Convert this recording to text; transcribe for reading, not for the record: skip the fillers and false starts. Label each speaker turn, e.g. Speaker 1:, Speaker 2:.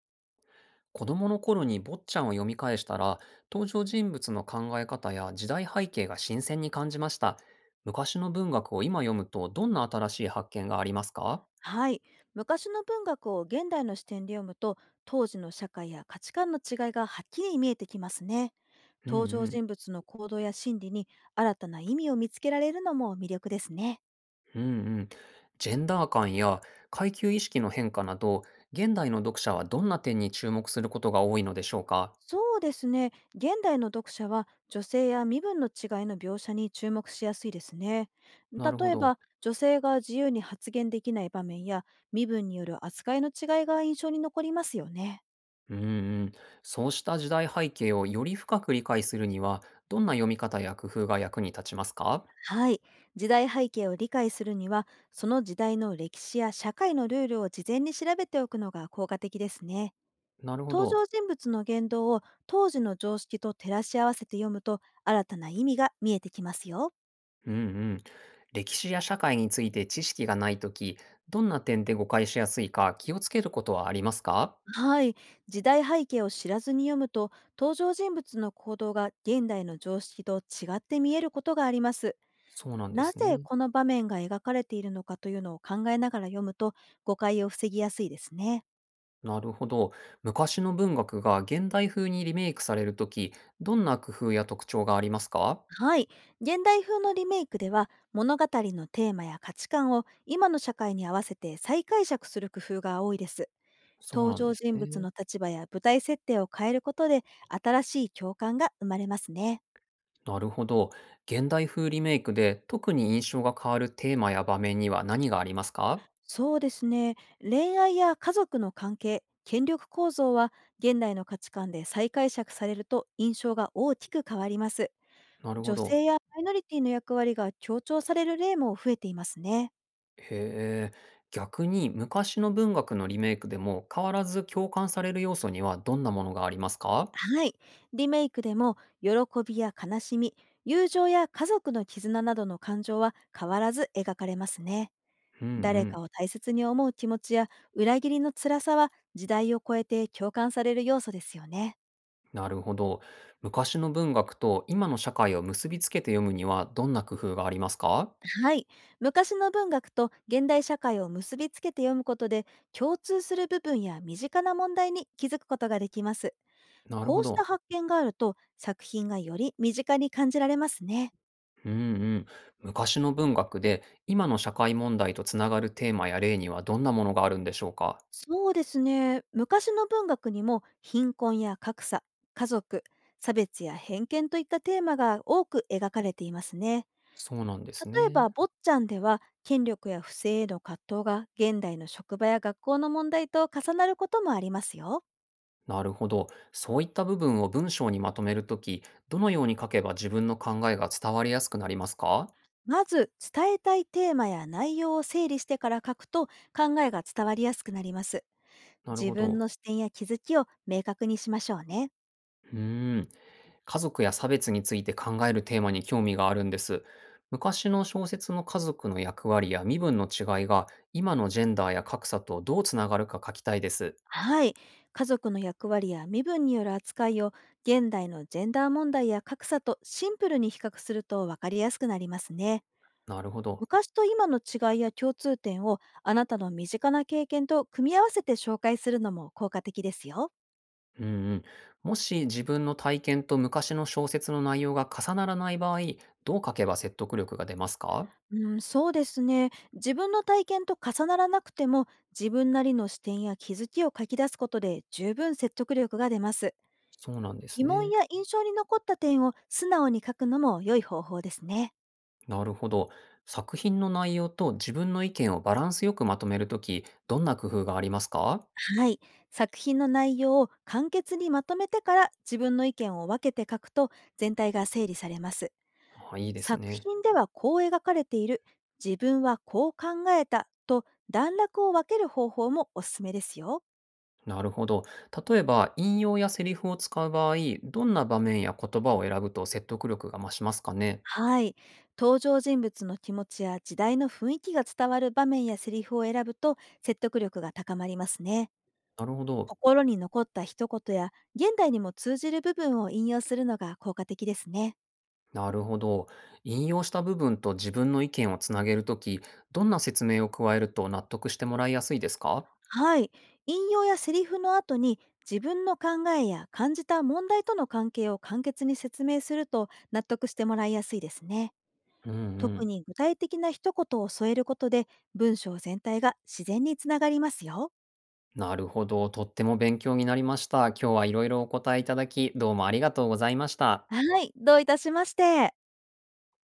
Speaker 1: 子供の頃に坊ちゃんを読み返したら、登場人物の考え方や時代背景が新鮮に感じました。昔の文学を今読むとどんな新しい発見がありますか？
Speaker 2: はい。昔の文学を現代の視点で読むと、当時の社会や価値観の違いがはっきり見えてきますね。
Speaker 1: うんう
Speaker 2: 登場
Speaker 1: ん。
Speaker 2: 人物の行動や心理に新たな意味を見つけられるのも魅力ですね。
Speaker 1: うんうん。ジェンダー感や階級意識の変化など、現代の読者はどんな点に注目することが多いのでしょうか？
Speaker 2: そうですね。現代の読者は女性や身分の違いの描写に注目しやすいですね。例
Speaker 1: なるほ
Speaker 2: え
Speaker 1: ど。
Speaker 2: ば、女性が自由に発言できない場面や身分による扱いの違いが印象に残りますよね。
Speaker 1: うんうん。そうした時代背景をより深く理解するには、どんな読み方や工夫が役に立ちますか？
Speaker 2: はい。時代背景を理解するには、その時代の歴史や社会のルールを事前に調べておくのが効果的ですね。
Speaker 1: なるほ
Speaker 2: 登場
Speaker 1: ど。
Speaker 2: 人物の言動を当時の常識と照らし合わせて読むと、新たな意味が見えてきますよ。
Speaker 1: うんうん。歴史や社会について知識がないとき、どんな点で誤解しやすいか気をつけることはありますか？
Speaker 2: はい。時代背景を知らずに読むと、登場人物の行動が現代の常識と違って見えることがあります。
Speaker 1: そうなんで
Speaker 2: な
Speaker 1: す
Speaker 2: ぜ
Speaker 1: ね。
Speaker 2: この場面が描かれているのかというのを考えながら読むと、誤解を防ぎやすいですね。
Speaker 1: なるほど。昔の文学が現代風にリメイクされるとき、どんな工夫や特徴がありますか？
Speaker 2: はい。現代風のリメイクでは、物語のテーマや価値観を今の社会に合わせて再解釈する工夫が多いです。
Speaker 1: そう
Speaker 2: 登
Speaker 1: なん
Speaker 2: 場
Speaker 1: です
Speaker 2: 人物
Speaker 1: ね。
Speaker 2: の立場や舞台設定を変えることで、新しい共感が生まれますね。
Speaker 1: なるほど。現代風リメイクで特に印象が変わるテーマや場面には何がありますか？
Speaker 2: そうですね。恋愛や家族の関係、権力構造は現代の価値観で再解釈されると印象が大きく変わります。
Speaker 1: なるほ
Speaker 2: 女
Speaker 1: ど。
Speaker 2: 性やマイノリティの役割が強調される例も増えていますね。
Speaker 1: へえ。逆に昔の文学のリメイクでも変わらず共感される要素にはどんなものがありますか？
Speaker 2: はい。リメイクでも、喜びや悲しみ、友情や家族の絆などの感情は変わらず描かれますね。
Speaker 1: うんう
Speaker 2: 誰か
Speaker 1: ん。
Speaker 2: を大切に思う気持ちや裏切りの辛さは時代を超えて共感される要素ですよね。
Speaker 1: なるほど。昔の文学と今の社会を結びつけて読むにはどんな工夫がありますか？
Speaker 2: はい。昔の文学と現代社会を結びつけて読むことで、共通する部分や身近な問題に気づくことができます。
Speaker 1: なる
Speaker 2: こ
Speaker 1: ほ
Speaker 2: うした
Speaker 1: ど。
Speaker 2: 発見があると、作品がより身近に感じられますね。
Speaker 1: うんうん。昔の文学で今の社会問題とつながるテーマや例にはどんなものがあるんでしょうか？
Speaker 2: そうですね。昔の文学にも貧困や格差、家族、差別や偏見といったテーマが多く描かれていますね。
Speaker 1: そうなんで
Speaker 2: 例
Speaker 1: す
Speaker 2: え
Speaker 1: ね。
Speaker 2: ば、坊ちゃんでは権力や不正への葛藤が現代の職場や学校の問題と重なることもありますよ。
Speaker 1: なるほど。そういった部分を文章にまとめるとき、どのように書けば自分の考えが伝わりやすくなりますか？
Speaker 2: まず、伝えたいテーマや内容を整理してから書くと、考えが伝わりやすくなります。
Speaker 1: なる
Speaker 2: 自
Speaker 1: ほ
Speaker 2: 分
Speaker 1: ど。
Speaker 2: の視点や気づきを明確にしましょうね。
Speaker 1: うーん。家族や差別について考えるテーマに興味があるんです。昔の小説の家族の役割や身分の違いが今のジェンダーや格差とどうつながるか書きたいです。
Speaker 2: はい。家族の役割や身分による扱いを現代のジェンダー問題や格差とシンプルに比較すると、分かりやすくなりますね。
Speaker 1: なるほど。
Speaker 2: 昔と今の違いや共通点をあなたの身近な経験と組み合わせて紹介するのも効果的ですよ。
Speaker 1: うんうん。もし自分の体験と昔の小説の内容が重ならない場合、どう書けば説得力が出ますか？
Speaker 2: うん、そうですね。自分の体験と重ならなくても、自分なりの視点や気づきを書き出すことで十分説得力が出ます。
Speaker 1: そうなんで
Speaker 2: 疑
Speaker 1: す
Speaker 2: 問
Speaker 1: ね。
Speaker 2: や印象に残った点を素直に書くのも良い方法ですね。
Speaker 1: なるほど。作品の内容と自分の意見をバランスよくまとめるとき、どんな工夫がありますか？
Speaker 2: はい。作品の内容を簡潔にまとめてから自分の意見を分けて書くと、全体が整理されます。
Speaker 1: あいいです
Speaker 2: 作
Speaker 1: ね。
Speaker 2: 品ではこう描かれている、自分はこう考えたと段落を分ける方法もおすすめですよ。
Speaker 1: なるほど。例えば、引用やセリフを使う場合、どんな場面や言葉を選ぶと説得力が増しますかね？
Speaker 2: はい。登場人物の気持ちや時代の雰囲気が伝わる場面やセリフを選ぶと、説得力が高まりますね。
Speaker 1: なるほど。
Speaker 2: 心に残った一言や現代にも通じる部分を引用するのが効果的ですね。
Speaker 1: なるほど。引用した部分と自分の意見をつなげるとき、どんな説明を加えると納得してもらいやすいですか？
Speaker 2: はい。引用やセリフの後に、自分の考えや感じた問題との関係を簡潔に説明すると、納得してもらいやすいですね。
Speaker 1: うんう
Speaker 2: 特
Speaker 1: ん。
Speaker 2: に具体的な一言を添えることで、文章全体が自然につながりますよ。
Speaker 1: なるほど。とっても勉強になりました。今日はいろいろお答えいただき、どうもありがとうございました。
Speaker 2: はい。どういたしまして。